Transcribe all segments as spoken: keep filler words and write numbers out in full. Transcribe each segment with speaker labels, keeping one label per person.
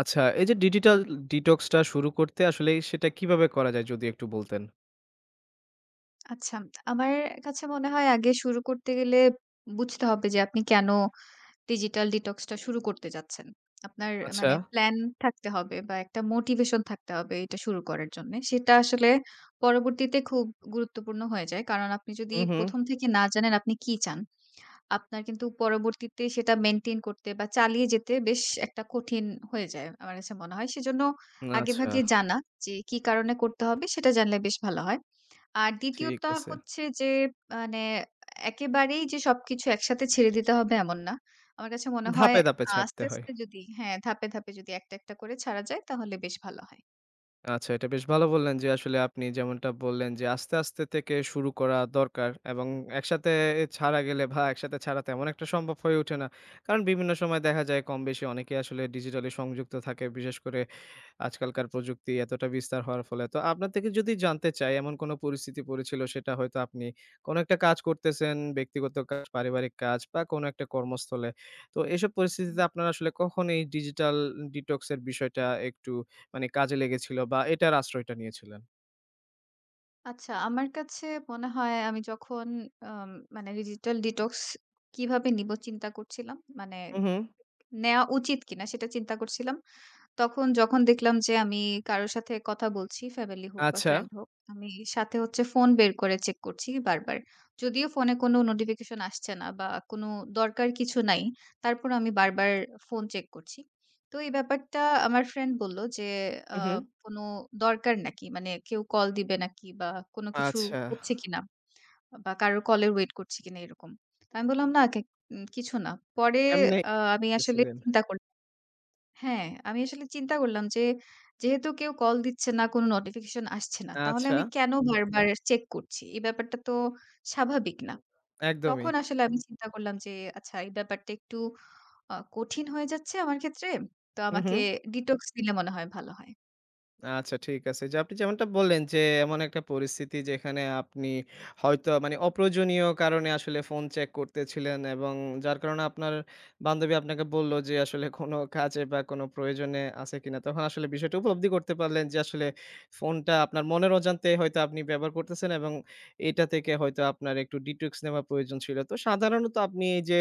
Speaker 1: আচ্ছা, এই যে ডিজিটাল ডিটক্স টা শুরু করতে আসলে সেটা কিভাবে করা যায় যদি একটু বলতেন?
Speaker 2: আচ্ছা, আমার কাছে মনে হয় আগে শুরু করতে গেলে বুঝতে হবে যে আপনি কেন ডিজিটাল ডিটক্স টা শুরু করতে যাচ্ছেন। আপনার
Speaker 1: আচ্ছা।
Speaker 2: মানে প্ল্যান থাকতে হবে বা একটা মোটিভেশন থাকতে হবে এটা শুরু করার জন্যে। সেটা আসলে পরবর্তীতে খুব গুরুত্বপূর্ণ হয়ে যায়। কারণ আপনি যদি
Speaker 1: হুম, হুম।
Speaker 2: প্রথম থেকে না জানেন আপনি কি চান, আপনার কিন্তু পরবর্তীতে সেটা মেইনটেইন করতে বা চালিয়ে যেতে বেশ একটা কঠিন হয়ে যায় আমার কাছে মনে হয়। সেজন্য
Speaker 1: আচ্ছা,
Speaker 2: আগেভাগে জানা যে কি কারণে করতে হবে সেটা জানলে বেশ ভালো হয়। আর
Speaker 1: ঠিক
Speaker 2: দ্বিতীয়টা
Speaker 1: আছে।
Speaker 2: হচ্ছে যে মানে একেবারেই যে সবকিছু একসাথে ছেড়ে দিতে হবে এমন না। আমার কাছে মনে হয়
Speaker 1: ধাপে, ধাপে ছাড়তে
Speaker 2: আস্তে,
Speaker 1: হয়।
Speaker 2: আস্তে যদি হ্যাঁ, ধাপে, ধাপে যদি একটা, একটা করে ছাড়া যায় তাহলে বেশ ভালো হয়।
Speaker 1: আচ্ছা, এটা বেশ ভালো বললেন যে আসলে আপনি যেমনটা বললেন যে আস্তে, আস্তে থেকে শুরু করা দরকার এবং একসাথে ছাড়া গেলে বা একসাথে ছাড়া তেমন একটা সম্ভব হয়ে ওঠে না। কারণ বিভিন্ন সময় দেখা যায় কম বেশি অনেকেই আসলে ডিজিটালি সংযুক্ত থাকে। বিশেষ করে আজকালকার প্রযুক্তি এতটা বিস্তার হওয়ার ফলে। তো আপনার থেকে যদি জানতে চাই এমন কোন পরিস্থিতি পড়েছিল সেটা হয়তো আপনি কোন একটা কাজ করতেছেন, ব্যক্তিগত কাজ, পারিবারিক কাজ বা কোন একটা কর্মস্থলে। তো এসব
Speaker 2: হুম।
Speaker 1: পরিস্থিতিতে আপনার আসলে কখন এই ডিজিটাল ডিটক্স এর বিষয়টা একটু মানে কাজে লেগেছিল বা এটার আশ্রয়টা নিয়েছিলেন?
Speaker 2: আচ্ছা, আমার কাছে মনে হয় আমি যখন আম মানে ডিজিটাল ডিটক্স কিভাবে নিবো চিন্তা করছিলাম। মানে
Speaker 1: হু, হু।
Speaker 2: নেয়া উচিত কিনা সেটা চিন্তা করছিলাম। তখন যখন দেখলাম যে আমি কারো সাথে কথা বলছি, ফ্যামিলি হোক বা
Speaker 1: আচ্ছা।
Speaker 2: ফ্রেন্ড হোক, আমি সাথে হচ্ছে ফোন বের করে চেক করছি বারবার। যদিও ফোনে কোনো নোটিফিকেশন আসছে না বা কোনো দরকার কিছু নাই। তারপরও আমি বারবার ফোন চেক করছি। তো এই ব্যাপারটা আমার ফ্রেন্ড বলল যে,
Speaker 1: হু,
Speaker 2: আ
Speaker 1: হু।
Speaker 2: "কোনো দরকার নাকি? মানে কেউ কল দিবে নাকি বা কোনো কিছু
Speaker 1: আচ্ছা।
Speaker 2: হচ্ছে কিনা বা কারোর কলের ওয়েট করছি কিনা?" এরকম। তো আমি বললাম, "না, কে উম কিছু না।" পরে
Speaker 1: এমনি
Speaker 2: আ আমি আসলে
Speaker 1: গেছিলেন।
Speaker 2: চিন্তা করলাম হ্যাঁ, আমি আসলে চিন্তা করলাম যে, যেহেতু কেউ কল দিচ্ছে না, কোনো নোটিফিকেশন আসছে না, তাহলে
Speaker 1: আচ্ছা,
Speaker 2: আমি কেন হুম। বারবার চেক করছি? এই ব্যাপারটা তো স্বাভাবিক না।
Speaker 1: একদমই।
Speaker 2: তখন আসলে আমি চিন্তা করলাম যে, আচ্ছা এই ব্যাপারটা একটু আ কঠিন হয়ে যাচ্ছে আমার ক্ষেত্রে। তো
Speaker 1: হু, হু।
Speaker 2: আমাকে ডিটক্স নিলে মনে হয় ভালো হয়।
Speaker 1: আচ্ছা ঠিক আছে। যে আপনি যেমনটা বললেন যে, এমন একটা পরিস্থিতি যেখানে আপনি হয়তো মানে অপ্রয়োজনীয় কারণে আসলে ফোন চেক করতেছিলেন এবং যার কারণে আপনার বান্ধবী আপনাকে বলল যে, আসলে কোনো কাজে বা কোনো প্রয়োজনে আছে কিনা? তখন আসলে বিষয়টা উপলব্ধি করতে পারলেন যে, আসলে ফোনটা আপনার মনের অজান্তে হয়তো আপনি ব্যবহার করতেছেন এবং এটা থেকে হয়তো আপনার একটু ডিটক্স নেওয়া প্রয়োজন ছিল। তো সাধারণত আপনি এই যে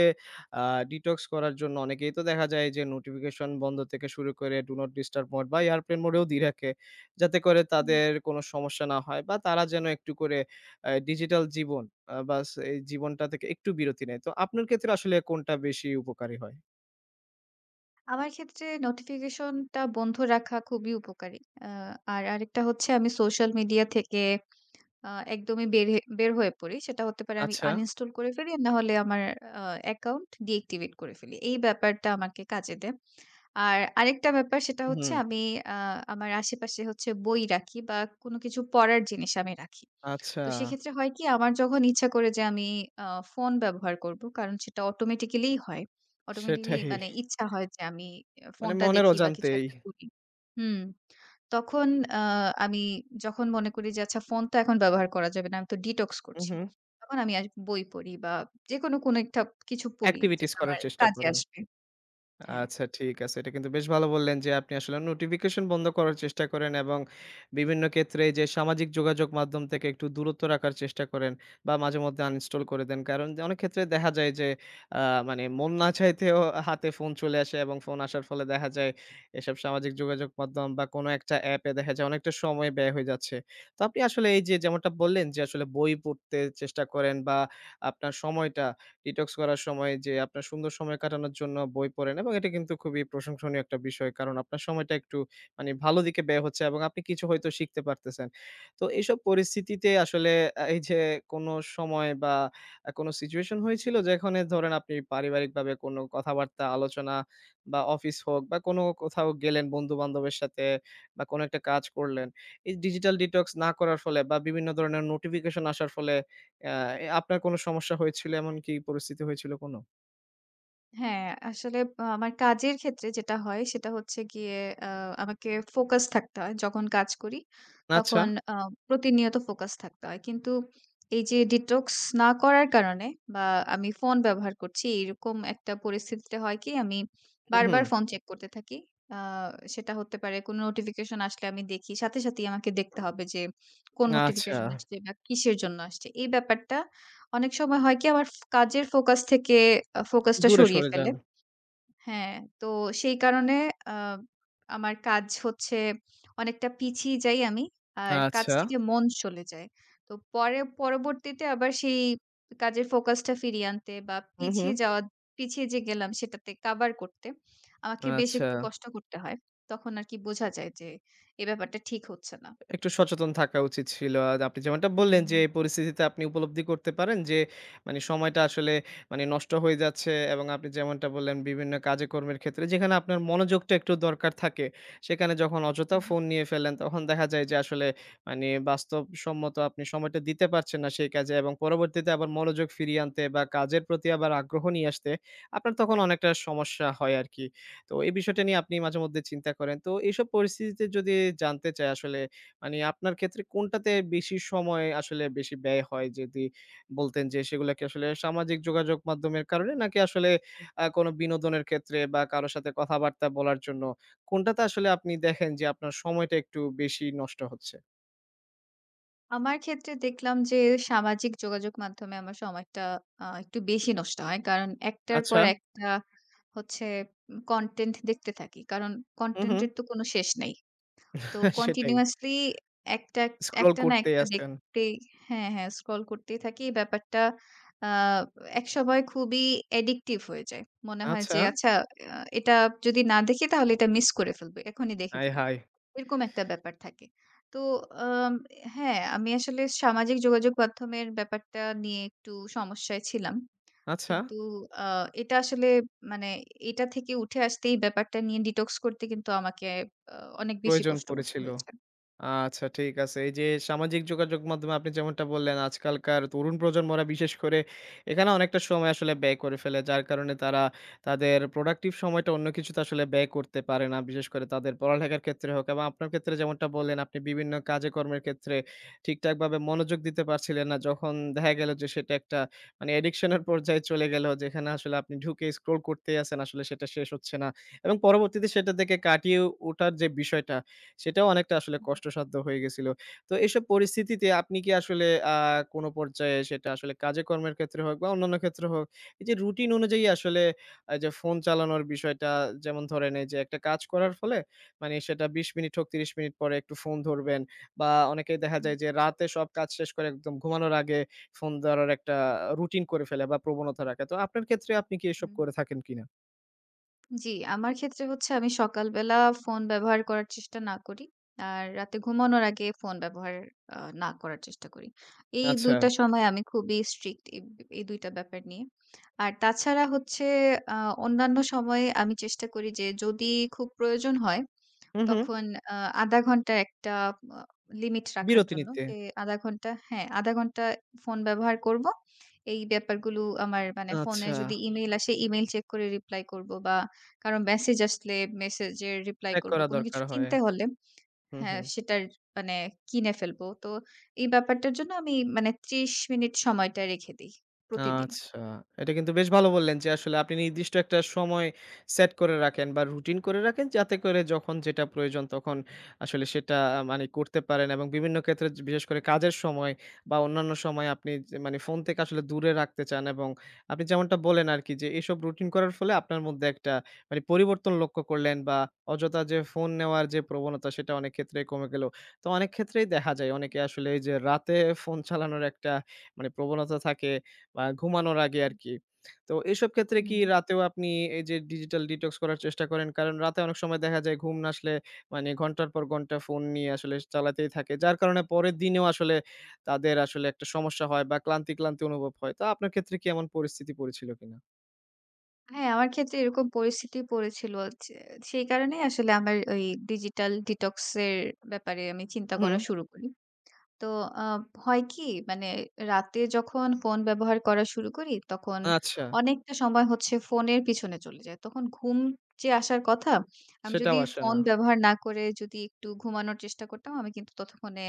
Speaker 1: আ ডিটক্স করার জন্য অনেকেই তো দেখা যায় যে নোটিফিকেশন বন্ধ থেকে শুরু করে ডু নট ডিস্টার্ব মোড বা এয়ারপ্লেন মোডেও দিয়ে রাখে। যাতে করে
Speaker 2: হুম।
Speaker 1: তাদের কোনো সমস্যা না হয় বা তারা যেন একটু করে আ ডিজিটাল জীবন আ বাস এই জীবনটা থেকে একটু বিরতি নেয়। তো আপনার ক্ষেত্রে আসলে কোনটা বেশি উপকারী হয়?
Speaker 2: আমার ক্ষেত্রে নোটিফিকেশনটা বন্ধ রাখা খুবই উপকারী। আ আর আরেকটা হচ্ছে আমি সোশ্যাল মিডিয়া থেকে আ একদমই বের হে বের হয়ে পড়ি। সেটা হতে পারে আমি
Speaker 1: আচ্ছা,
Speaker 2: uninstall করে ফেলি। না হলে আমার আ অ্যাকাউন্ট deactivate করে ফেলি। এই ব্যাপারটা আমাকে কাজে দেয়। আর আরেকটা ব্যাপার সেটা হচ্ছে
Speaker 1: হুম,
Speaker 2: আমি আ আমার আশেপাশে হচ্ছে বই রাখি বা কোনো কিছু পড়ার জিনিস আমি রাখি।
Speaker 1: আচ্ছা
Speaker 2: তো সেক্ষেত্রে হয় কি আমার যখন ইচ্ছা করে যে আমি আ ফোন ব্যবহার করব। কারণ সেটা অটোমেটিক্যালিই হয়। অটোমেটিক্যালি
Speaker 1: সেটাই।
Speaker 2: মানে ইচ্ছা হয় যে আমি আ
Speaker 1: মানে
Speaker 2: ফোনটা
Speaker 1: মনের
Speaker 2: দেখি বা কিছু
Speaker 1: অজান্তেই।
Speaker 2: একটা করি। হুম। তখন আ আমি যখন মনে করি যে আচ্ছা ফোন তো এখন ব্যবহার করা যাবে না। আমি তো ডিটক্স
Speaker 1: হু,
Speaker 2: করছি।
Speaker 1: হু।
Speaker 2: তখন আমি আস বই পড়ি বা যেকোনো কোনো কোনো একটা কিছু পড়ি
Speaker 1: এক্টিভিটিস
Speaker 2: যেটা
Speaker 1: করার
Speaker 2: আমার
Speaker 1: চেষ্টা
Speaker 2: কাজে
Speaker 1: করেন।
Speaker 2: আসবে। হ্যাঁ।
Speaker 1: আচ্ছা ঠিক আছে। এটা কিন্তু বেশ ভালো বললেন যে আপনি আসলে নোটিফিকেশন বন্ধ করার চেষ্টা করেন এবং বিভিন্ন ক্ষেত্রে যে সামাজিক যোগাযোগ মাধ্যম থেকে একটু দূরত্ব রাখার চেষ্টা করেন বা মাঝেমধ্যে আনইনস্টল করে দেন। কারণ যে অনেক ক্ষেত্রে দেখা যায় যে আ মানে মন না চাইতেও হাতে ফোন চলে আসে এবং ফোন আসার ফলে দেখা যায় এসব সামাজিক যোগাযোগ মাধ্যম বা কোনো একটা অ্যাপে দেখা যায় অনেকটা সময় ব্যয় হয়ে যাচ্ছে। তো আপনি আসলে এই যে যেমনটা বললেন যে আসলে বই পড়তে চেষ্টা করেন বা আপনার সময়টা ডিটক্স করার সময় যে আপনার সুন্দর সময় কাটানোর জন্য বই পড়েন এবং এটা কিন্তু খুবই প্রশংসনীয় একটা বিষয়। কারণ আপনার সময়টা একটু মানে ভালো দিকে ব্যয় হচ্ছে এবং আপনি কিছু হয়তো শিখতে পারতেছেন। তো এইসব পরিস্থিতিতে আসলে আ এই যে কোনো সময় বা আ কোনো সিচুয়েশন হয়েছিল যেখানে ধরেন আপনি পারিবারিকভাবে কোনো কথাবার্তা, আলোচনা বা অফিস হোক বা কোনো কোথাও গেলেন বন্ধু-বান্ধবের সাথে বা কোনো একটা কাজ করলেন। এই ডিজিটাল ডিটক্স না করার ফলে বা বিভিন্ন ধরনের নোটিফিকেশন আসার ফলে আ এ আপনার কোনো সমস্যা হয়েছিল এমন কি পরিস্থিতি হয়েছিল কোনো?
Speaker 2: হ্যাঁ, আসলে আ আমার কাজের ক্ষেত্রে যেটা হয় সেটা হচ্ছে গিয়ে আ আমাকে ফোকাস থাকতে হয়। যখন কাজ করি
Speaker 1: আচ্ছা।
Speaker 2: তখন আ প্রতিনিয়ত ফোকাস থাকতে হয়। কিন্তু এই যে ডিটক্স না করার কারণে বা আমি ফোন ব্যবহার করছি এরকম একটা পরিস্থিতিতে হয় কি আমি
Speaker 1: হুম, হুম।
Speaker 2: বারবার ফোন চেক করতে থাকি। আ সেটা হতে পারে কোনো নোটিফিকেশন আসলে আমি দেখি। সাথে সাথেই আমাকে দেখতে হবে যে কোন
Speaker 1: আচ্ছা।
Speaker 2: নোটিফিকেশন আসছে বা কিসের জন্য আসছে। এই ব্যাপারটা অনেক সময় হয় কি আমার ফ কাজের ফোকাস থেকে আ ফোকাসটা
Speaker 1: দূরে
Speaker 2: সরিয়ে
Speaker 1: সরে
Speaker 2: ফেলে।
Speaker 1: যান।
Speaker 2: হ্যাঁ, তো সেই কারণে আ আমার কাজ হচ্ছে অনেকটা পিছিয়ে যাই আমি। আর কাজ
Speaker 1: আচ্ছা।
Speaker 2: থেকে মন চলে যায়। তো পরে পরবর্তীতে আবার সেই কাজের ফোকাসটা ফিরিয়ে আনতে বা
Speaker 1: হুম, হুম।
Speaker 2: পিছিয়ে যাওয়া পিছিয়ে যে গেলাম সেটাতে কাভার করতে আমাকে বেশ
Speaker 1: আচ্ছা।
Speaker 2: একটু কষ্ট করতে হয়। তখন আরকি বোঝা যায় যে এ ব্যাপারটা ঠিক হচ্ছে না।
Speaker 1: একটু সচেতন থাকা উচিত ছিল। আর আপনি যেমনটা
Speaker 2: হুম,
Speaker 1: বললেন যে, এই পরিস্থিতিতে আপনি উপলব্ধি করতে পারেন যে, মানে সময়টা আসলে মানে নষ্ট হয়ে যাচ্ছে এবং আপনি যেমনটা বললেন বিভিন্ন কাজে কর্মের ক্ষেত্রে যেখানে আপনার মনোযোগটা একটু দরকার থাকে, সেখানে যখন অযথা
Speaker 2: হুম।
Speaker 1: ফোন নিয়ে ফেলেন, তখন দেখা যায় যে আসলে মানে বাস্তবসম্মত আপনি সময়টা দিতে পারছেন না সেই কাজে এবং পরবর্তীতে আবার মনোযোগ ফিরিয়ে আনতে বা কাজের প্রতি আবার আগ্রহ নিয়ে আসতে আপনার তখন অনেকটা সমস্যা হয় আরকি। তো এই বিষয়টা নিয়ে আপনি মাঝেমধ্যে চিন্তা করেন। তো এইসব পরিস্থিতিতে যদি জানতে চাই আসলে মানে আপনার ক্ষেত্রে কোনটাতে বেশি সময় আসলে বেশি ব্যয় হয়? যদি বলতেন যে সেগুলা কি আসলে সামাজিক যোগাযোগ মাধ্যমের কারণে? নাকি আসলে আ কোনো বিনোদনের ক্ষেত্রে বা কারো সাথে কথাবার্তা বলার জন্য? কোনটাতে আসলে আপনি দেখেন যে আপনার সময়টা একটু বেশি নষ্ট হচ্ছে?
Speaker 2: আমার ক্ষেত্রে দেখলাম যে সামাজিক যোগাযোগ মাধ্যমে আমার সময়টা আ একটু বেশি নষ্ট হয়। কারণ একটার
Speaker 1: আচ্ছা।
Speaker 2: পর একটা হচ্ছে উম কনটেন্ট দেখতে থাকি। কারণ
Speaker 1: হু, হু।
Speaker 2: কনটেন্টের তো কোনো শেষ নাই। তো
Speaker 1: সেটাই।
Speaker 2: কন্টিনিউয়াসলি একটা,
Speaker 1: স্ক্রল
Speaker 2: একটা না
Speaker 1: করতেই
Speaker 2: একটা
Speaker 1: আছেন।
Speaker 2: দেখতেই হ্যাঁ, হ্যাঁ স্ক্রল করতেই থাকি। এই ব্যাপারটা আ একসময় খুবই অ্যাডিকটিভ হয়ে যায়। মনে হয়
Speaker 1: আচ্ছা।
Speaker 2: যে আচ্ছা আ এটা যদি না দেখি তাহলে এটা মিস করে ফেলব। এখনই দেখে
Speaker 1: আয়
Speaker 2: ফেলি।
Speaker 1: হায়!
Speaker 2: এরকম একটা ব্যাপার থাকে। তো আম হ্যাঁ, আমি আসলে সামাজিক যোগাযোগ মাধ্যমের ব্যাপারটা নিয়ে একটু সমস্যায় ছিলাম।
Speaker 1: আচ্ছা।
Speaker 2: কিন্তু আ এটা আসলে মানে এটা থেকে উঠে আসতে এই ব্যাপারটা নিয়ে ডিটক্স করতে কিন্তু আমাকে আ অনেক বেশি
Speaker 1: প্রয়োজন
Speaker 2: কষ্ট করতে
Speaker 1: পড়েছিল।
Speaker 2: হয়েছে।
Speaker 1: আচ্ছা ঠিক আছে। এই যে সামাজিক যোগাযোগ মাধ্যমে আপনি যেমনটা বললেন, আজকালকার তরুণ প্রজন্মরা বিশেষ করে এখানে অনেকটা সময় আসলে ব্যয় করে ফেলে। যার কারণে তারা তাদের প্রোডাক্টিভ সময়টা অন্য কিছুতে আসলে ব্যয় করতে পারে না। বিশেষ করে তাদের পড়ালেখার ক্ষেত্রে হোক এবং আপনার ক্ষেত্রে যেমনটা বললেন, আপনি বিভিন্ন কাজে কর্মের ক্ষেত্রে ঠিকঠাকভাবে মনোযোগ দিতে পারছিলেন না। যখন দেখা গেল যে সেটা একটা মানে অ্যাডিকশন এর পর্যায়ে চলে গেল। যেখানে আসলে আপনি ঢুকে স্ক্রল করতেই আছেন। আসলে সেটা শেষ হচ্ছে না। এবং পরবর্তীতে সেটা থেকে কাটিয়ে ওঠার যে বিষয়টা সেটাও অনেকটা আসলে কষ্টসাধ্য হয়ে গেছিল। তো এসব পরিস্থিতিতে আপনি কি আসলে আ কোনো পর্যায়ে সেটা আসলে কাজে-কর্মের ক্ষেত্রে হোক বা অন্যান্য ক্ষেত্রে হোক, এই যে রুটিন অনুযায়ী আসলে এই যে ফোন চালানোর বিষয়টা যেমন ধরেন এই যে একটা কাজ করার ফলে মানে সেটা বিশ মিনিট হোক ত্রিশ মিনিট পরে একটু ফোন ধরবেন বা অনেকেই দেখা
Speaker 2: হুম,
Speaker 1: যায় যে রাতে সব কাজ শেষ করে একদম ঘুমানোর আগে ফোন ধরার একটা রুটিন করে ফেলে বা প্রবণতা রাখে। তো আপনার ক্ষেত্রে আপনি কি এসব
Speaker 2: হুম।
Speaker 1: করে থাকেন কিনা?
Speaker 2: জি, আমার ক্ষেত্রে হচ্ছে আমি সকালবেলা ফোন ব্যবহার করার চেষ্টা না করি। আর রাতে ঘুমানোর আগে ফোন ব্যবহার আ না করার চেষ্টা করি। এই
Speaker 1: আচ্ছা।
Speaker 2: দুই টা সময় আমি খুবই স্ট্রিক্ট এই এই দুই টা ব্যাপার নিয়ে। আর তাছাড়া হচ্ছে আ অন্যান্য সময়ে আমি চেষ্টা করি যে যদি খুব প্রয়োজন হয়
Speaker 1: হু, হু।
Speaker 2: তখন আ শূন্য দশমিক পাঁচ ঘন্টার একটা আ লিমিট রাখার
Speaker 1: বিরতি
Speaker 2: জন্য
Speaker 1: নিতে।
Speaker 2: যে শূন্য দশমিক পাঁচ ঘন্টা হ্যাঁ, শূন্য দশমিক পাঁচ ঘন্টা ফোন ব্যবহার করব। এই ব্যাপারগুলো আমার মানে ফোনে
Speaker 1: আচ্ছা।
Speaker 2: যদি ইমেইল আসে ইমেইল চেক করে রিপ্লাই করব বা কারো মেসেজ আসলে মেসেজের রিপ্লাই
Speaker 1: ত্যাগ
Speaker 2: করব।
Speaker 1: করা
Speaker 2: কোনো
Speaker 1: দরকার
Speaker 2: কিছু
Speaker 1: হয়।
Speaker 2: কিনতে হলে
Speaker 1: হুম,
Speaker 2: হ্যাঁ,
Speaker 1: হুম।
Speaker 2: সেটার মানে কিনে ফেলব। তো এই ব্যাপারটার জন্য আমি মানে ত্রিশ মিনিট সময়টা রেখে দেই প্রতিদিন।
Speaker 1: আচ্ছা। এটা কিন্তু বেশ ভালো বললেন যে আসলে আপনি নির্দিষ্ট একটা সময় সেট করে রাখেন বা রুটিন করে রাখেন যাতে করে যখন যেটা প্রয়োজন তখন আসলে সেটা আ মানে করতে পারেন এবং বিভিন্ন ক্ষেত্রে য বিশেষ করে কাজের সময় বা অন্যান্য সময় আপনি যে মানে ফোন থেকে আসলে দূরে রাখতে চান এবং আপনি যেমনটা বললেন আরকি যে এসব রুটিন করার ফলে আপনার মধ্যে একটা মানে পরিবর্তন লক্ষ্য করলেন বা অযথা যে ফোন নেওয়ার যে প্রবণতা সেটা অনেক ক্ষেত্রেই কমে গেল। তো অনেক ক্ষেত্রেই দেখা যায় অনেকে আসলে এই যে রাতে ফোন চালানোর একটা মানে প্রবণতা থাকে বা ঘুমানোর আগে আরকি। তো এসব ক্ষেত্রে কি
Speaker 2: হুম।
Speaker 1: রাতেও আপনি এই যে ডিজিটাল ডিটক্স করার চেষ্টা করেন? কারণ রাতে অনেক সময় দেখা যায় ঘুম না আসলে মানে ঘন্টার পর ঘন্টা ফোন নিয়ে আসলে চালাতেই থাকে। যার কারণে পরের দিনেও আসলে তাদের আসলে একটা সমস্যা হয় বা ক্লান্তি, ক্লান্তি অনুভব হয়। তো আপনার ক্ষেত্রে কি এমন পরিস্থিতি পড়েছিল কিনা?
Speaker 2: হ্যাঁ, আমার ক্ষেত্রে এরকম পরিস্থিতি পড়েছিল যে সেই কারণেই আসলে আমার ওই ডিজিটাল ডিটক্স এর ব্যাপারে আমি চিন্তা করা
Speaker 1: হুম।
Speaker 2: শুরু করি। তো আ হয় কি মানে রাতে যখন ফোন ব্যবহার করা শুরু করি, তখন
Speaker 1: আচ্ছা,
Speaker 2: অনেকটা সময় হচ্ছে ফোনের পিছনে চলে যায়। তখন ঘুম যে আসার কথা, আমি যদি
Speaker 1: সেটাও আসে না।
Speaker 2: ফোন ব্যবহার না করে যদি একটু ঘুমানোর চেষ্টা করতাম, আমি কিন্তু ততক্ষণে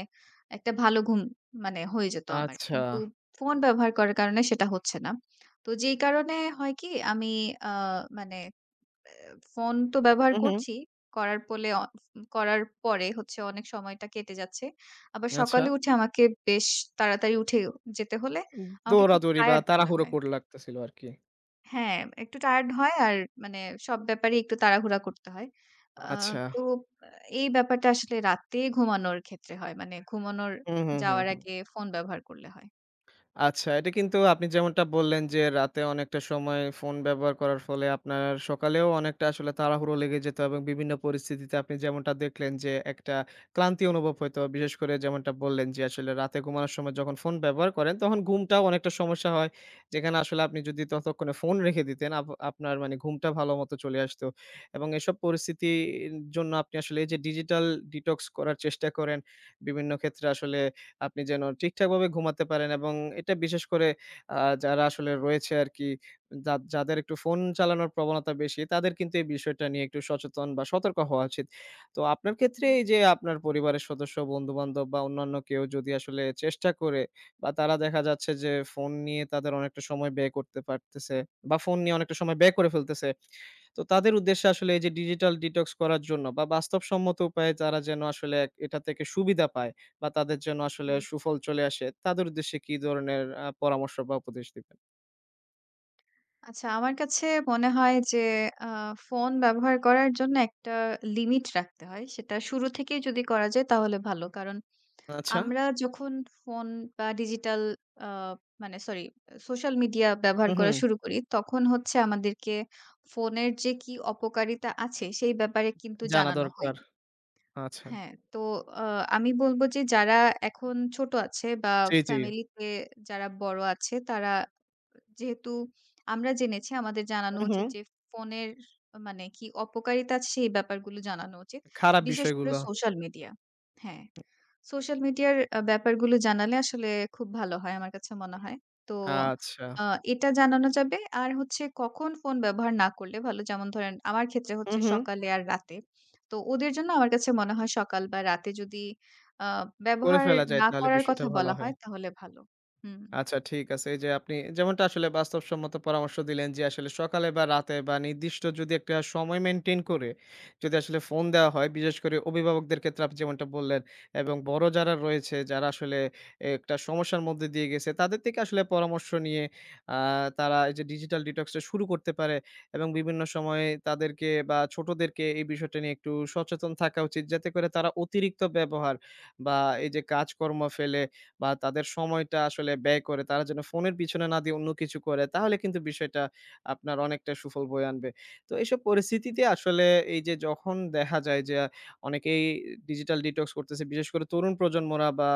Speaker 2: একটা ভালো ঘুম মানে হয়ে যেত আমার।
Speaker 1: আচ্ছা,
Speaker 2: কিন্তু ফোন ব্যবহার করার কারণে সেটা হচ্ছে না। তো যেই কারণে হয় কি আমি আ মানে অ্যা ফোন তো ব্যবহার
Speaker 1: হু, হুম।
Speaker 2: করছি। করার পলে অ করার পরে হচ্ছে অনেক সময়টা কেটে যাচ্ছে। আবার
Speaker 1: আচ্ছা।
Speaker 2: সকালে উঠে আমাকে বেশ তাড়াতাড়ি উঠে যেতে হলে আমাকে খুব
Speaker 1: দৌড়াদৌড়ি বা
Speaker 2: টায়ার্ড মনে
Speaker 1: তাড়াহুড়ো
Speaker 2: হয়।
Speaker 1: করে লাগতেছিল আরকি।
Speaker 2: হ্যাঁ, একটু টায়ার্ড হয় আর মানে সব ব্যাপারেই একটু তাড়াহুড়া করতে হয়। আ
Speaker 1: আচ্ছা।
Speaker 2: তো আহ, এই ব্যাপারটা আসলে রাতে ঘুমানোর ক্ষেত্রে হয়। মানে ঘুমানোর
Speaker 1: হুম, হুম, হুম,
Speaker 2: যাওয়ার
Speaker 1: হুম।
Speaker 2: আগে ফোন ব্যবহার করলে হয়।
Speaker 1: আচ্ছা, এটা কিন্তু আপনি যেমনটা বললেন যে, রাতে অনেকটা সময় ফোন ব্যবহার করার ফলে আপনার সকালেও অনেকটা আসলে তাড়াহুড়ো লেগে যেত এবং বিভিন্ন পরিস্থিতিতে আপনি যেমনটা দেখলেন যে, একটা ক্লান্তি অনুভব হইতো। বিশেষ করে যেমনটা বললেন যে, আসলে রাতে ঘুমানোর সময় যখন ফোন ব্যবহার করেন, তখন ঘুমটাও অনেকটা সমস্যা হয়। যেখানে আসলে আপনি যদি ততক্ষণে ফোন রেখে দিতেন, আপ আপনার মানে ঘুমটা ভালোমতো চলে আসতো এবং এসব পরিস্থিতির জন্য আপনি আসলে এই যে ডিজিটাল ডিটক্স করার চেষ্টা করেন, বিভিন্ন ক্ষেত্রে আসলে আপনি যেন ঠিকঠাকভাবে ঘুমাতে পারেন এবং এটা বিশেষ করে আ যারা আসলে রয়েছে আরকি, যা যাদের একটু ফোন চালানোর প্রবণতা বেশি, তাদের কিন্তু এই বিষয়টা নিয়ে একটু সচেতন বা সতর্ক হওয়া উচিত। তো আপনার ক্ষেত্রে
Speaker 2: হুম,
Speaker 1: এই যে আপনার পরিবারের সদস্য, বন্ধু-বান্ধব বা অন্যান্য কেউ যদি আসলে চেষ্টা করে বা তারা দেখা যাচ্ছে যে ফোন নিয়ে তাদের অনেকটা সময় ব্যয় করতে পারতেছে বা ফোন নিয়ে অনেকটা সময় ব্যয় করে ফেলতেছে। তো তাদের উদ্দেশ্যে আসলে এই যে ডিজিটাল ডিটক্স করার জন্য বা বাস্তবসম্মত উপায়ে তারা যেন আসলে এক এটা থেকে সুবিধা পায়। বা তাদের জন্য আসলে
Speaker 2: হুম।
Speaker 1: সুফল চলে আসে, তাদের উদ্দেশ্যে কি ধরনের আ পরামর্শ বা উপদেশ দিবেন?
Speaker 2: আচ্ছা, আমার কাছে মনে হয় যে আ ফোন ব্যবহার করার জন্য একটা লিমিট রাখতে হয়। সেটা শুরু থেকেই যদি করা যায় তাহলে ভালো। কারণ
Speaker 1: আচ্ছা।
Speaker 2: আমরা যখন ফোন বা ডিজিটাল আ মানে সরি সোশ্যাল মিডিয়া ব্যবহার
Speaker 1: হু, হুম।
Speaker 2: করা শুরু করি, তখন হচ্ছে আমাদেরকে ফোনের যে কি অপকারিতা আছে সেই ব্যাপারে কিন্তু
Speaker 1: জানা
Speaker 2: জানানো
Speaker 1: দরকার।
Speaker 2: হয়নি।
Speaker 1: আচ্ছা।
Speaker 2: হ্যাঁ, তো আ আমি বলব যে যারা এখন ছোট আছে বা
Speaker 1: জি, জি।
Speaker 2: ফ্যামিলিতে যারা বড় আছে তারা যেহেতু আমরা জেনেছি আমাদের জানানো
Speaker 1: হু, হুম।
Speaker 2: উচিত যে ফোনের মানে কি অপকারিতা আছে সেই ব্যাপারগুলো জানানো উচিত।
Speaker 1: খারাপ
Speaker 2: বিশেষ করে
Speaker 1: বিষয়গুলো।
Speaker 2: Social media. হ্যাঁ, সোশ্যাল মিডিয়ার আ ব্যাপারগুলো জানালে আসলে খুব ভালো হয় আমার কাছে মনে হয়। তো
Speaker 1: আচ্ছা।
Speaker 2: আ এটা জানানো যাবে। আর হচ্ছে কখন ফোন ব্যবহার না করলে ভালো যেমন ধরেন আমার ক্ষেত্রে
Speaker 1: হু,
Speaker 2: হচ্ছে
Speaker 1: হুম।
Speaker 2: সকালে আর রাতে। তো ওদের জন্য আমার কাছে মনে হয় সকাল বা রাতে যদি আ
Speaker 1: করে
Speaker 2: ব্যবহার
Speaker 1: ফেলা যায়
Speaker 2: না
Speaker 1: তাহলে
Speaker 2: করার
Speaker 1: বিষয়টা
Speaker 2: কথা
Speaker 1: ভালো
Speaker 2: বলা
Speaker 1: হয়।
Speaker 2: হয় তাহলে ভালো। হুম।
Speaker 1: আচ্ছা ঠিক আছে। এই যে আপনি যেমনটা আসলে বাস্তবসম্মত পরামর্শ দিলেন যে আসলে সকালে বা রাতে বা নির্দিষ্ট যদি একটা সময় মেইনটেইন করে যদি আসলে ফোন দেওয়া হয়, বিশেষ করে অভিভাবকদের ক্ষেত্রে আপনি যেমনটা বললেন এবং বড় যারা রয়েছে যারা আসলে একটা সমস্যার মধ্যে দিয়ে গেছে তাদের থেকে আসলে পরামর্শ নিয়ে আ তারা এই যে ডিজিটাল ডিটক্সটা শুরু করতে পারে এবং বিভিন্ন সময়ে তাদেরকে বা ছোটদেরকে এই বিষয়টা নিয়ে একটু সচেতন থাকা উচিত। যাতে করে তারা অতিরিক্ত ব্যবহার বা এই যে কাজকর্ম ফেলে বা তাদের সময়টা আসলে ব্যয় করে তারা যেন ফোনের পিছনে না দিয়ে অন্য কিছু করে তাহলে কিন্তু বিষয়টা আপনার অনেকটা সুফল বয়ে আনবে। তো এইসব পরিস্থিতিতে আসলে এই যে যখন দেখা যায় যে অনেকেই ডিজিটাল ডিটক্স করতেছে বিশেষ করে তরুণ প্রজন্মরা বা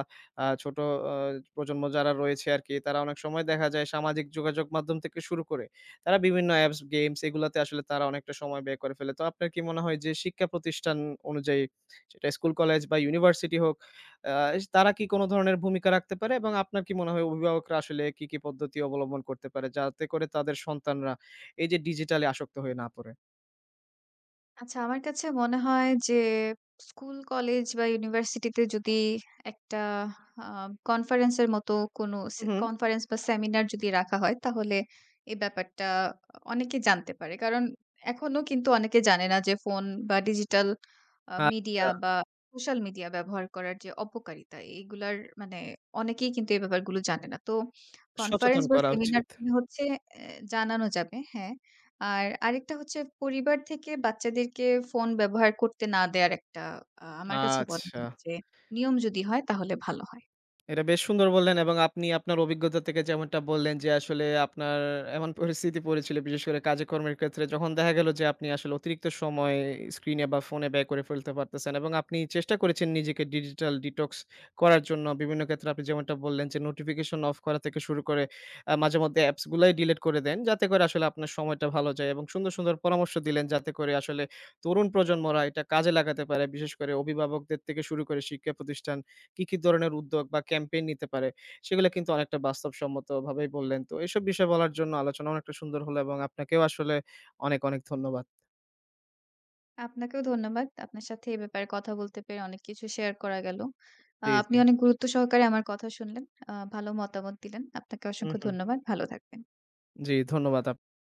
Speaker 1: আ ছোট আ প্রজন্ম যারা রয়েছে আরকি তারা অনেক সময় দেখা যায় সামাজিক যোগাযোগ মাধ্যম থেকে শুরু করে তারা বিভিন্ন অ্যাপস, গেমস এগুলাতে আসলে তারা অনেকটা সময় ব্যয় করে ফেলে। তো আপনার কি মনে হয় যে শিক্ষা প্রতিষ্ঠান অনুযায়ী সেটা স্কুল, কলেজ বা ইউনিভার্সিটি হোক আ তারা কি কোন ধরনের ভূমিকা রাখতে পারে? এবং আপনার কি মনে হয় অভিভাবকরা আসলে কি, কি পদ্ধতি অবলম্বন করতে পারে? যাতে করে তাদের সন্তানরা এই যে ডিজিটালে আসক্ত হয়ে না পড়ে?
Speaker 2: আচ্ছা, আমার কাছে মনে হয় যে স্কুল, কলেজ বা ইউনিভার্সিটিতে যদি একটা আ কনফারেন্স এর মতো কোনো সে
Speaker 1: হুম।
Speaker 2: কনফারেন্স বা সেমিনার যদি রাখা হয় তাহলে এই ব্যাপারটা অনেকে জানতে পারে। কারণ এখনো কিন্তু অনেকে জানে না যে ফোন বা ডিজিটাল আ মিডিয়া
Speaker 1: আচ্ছা,
Speaker 2: বা সোশ্যাল মিডিয়া ব্যবহার করার যে অপকারিতা, এগুলার মানে অনেকেই কিন্তু এই ব্যাপারগুলো জানে না। তো
Speaker 1: সচেতন
Speaker 2: কনফারেন্স বা
Speaker 1: করা
Speaker 2: সেমিনার
Speaker 1: উচিত।
Speaker 2: করলে হচ্ছে অ্যা জানানো যাবে, হ্যাঁ। আর আরেকটা হচ্ছে পরিবার থেকে বাচ্চাদেরকে ফোন ব্যবহার করতে না দেয়ার একটা আ আমার কাছে মনে
Speaker 1: আচ্ছা।
Speaker 2: হয় যে নিয়ম যদি হয় তাহলে ভালো হয়।
Speaker 1: এটা বেশ সুন্দর বললেন এবং আপনি আপনার অভিজ্ঞতা থেকে যেমনটা বললেন যে আসলে আপনার এমন পরিস্থিতি পড়েছিল বিশেষ করে কাজকর্মের ক্ষেত্রে যখন দেখা গেল যে আপনি আসলে অতিরিক্ত সময় স্ক্রিনে বা ফোনে ব্যয় করে ফেলতে পারতেছেন এবং আপনি চেষ্টা করেছেন নিজেকে ডিজিটাল ডিটক্স করার জন্য বিভিন্ন ক্ষেত্রে আপনি যেমনটা বললেন যে নোটিফিকেশন অফ করা থেকে শুরু করে আহ, মাঝে মধ্যে অ্যাপসগুলাই ডিলিট করে দেন যাতে করে আসলে আপনার সময়টা ভালো যায় এবং সুন্দর সুন্দর পরামর্শ দিলেন যাতে করে আসলে তরুণ প্রজন্মরা এটা কাজে লাগাতে পারে বিশেষ করে অভিভাবকদের থেকে শুরু করে শিক্ষা প্রতিষ্ঠান কি, কি ধরনের উদ্যোগ বা ক্যাম্পেইন নিতে পারে, সেগুলো কিন্তু অনেকটা বাস্তবসম্মতভাবেই বললেন। তো এসব বিষয় বলার জন্য আলোচনা অনেকটা সুন্দর হলো এবং আপনাকেও আসলে অনেক, অনেক ধন্যবাদ।
Speaker 2: আপনাকেও ধন্যবাদ। আপনার সাথে এ ব্যাপারে কথা বলতে পেরে অনেক কিছু শেয়ার করা গেল। আ
Speaker 1: জি, জি।
Speaker 2: আপনি অনেক গুরুত্ব সহকারে আমার কথা শুনলেন। আ ভালো মতামত দিলেন। আপনাকে
Speaker 1: হুম,
Speaker 2: অসংখ্য
Speaker 1: হুম।
Speaker 2: ধন্যবাদ। ভালো থাকবেন।
Speaker 1: জি, ধন্যবাদ।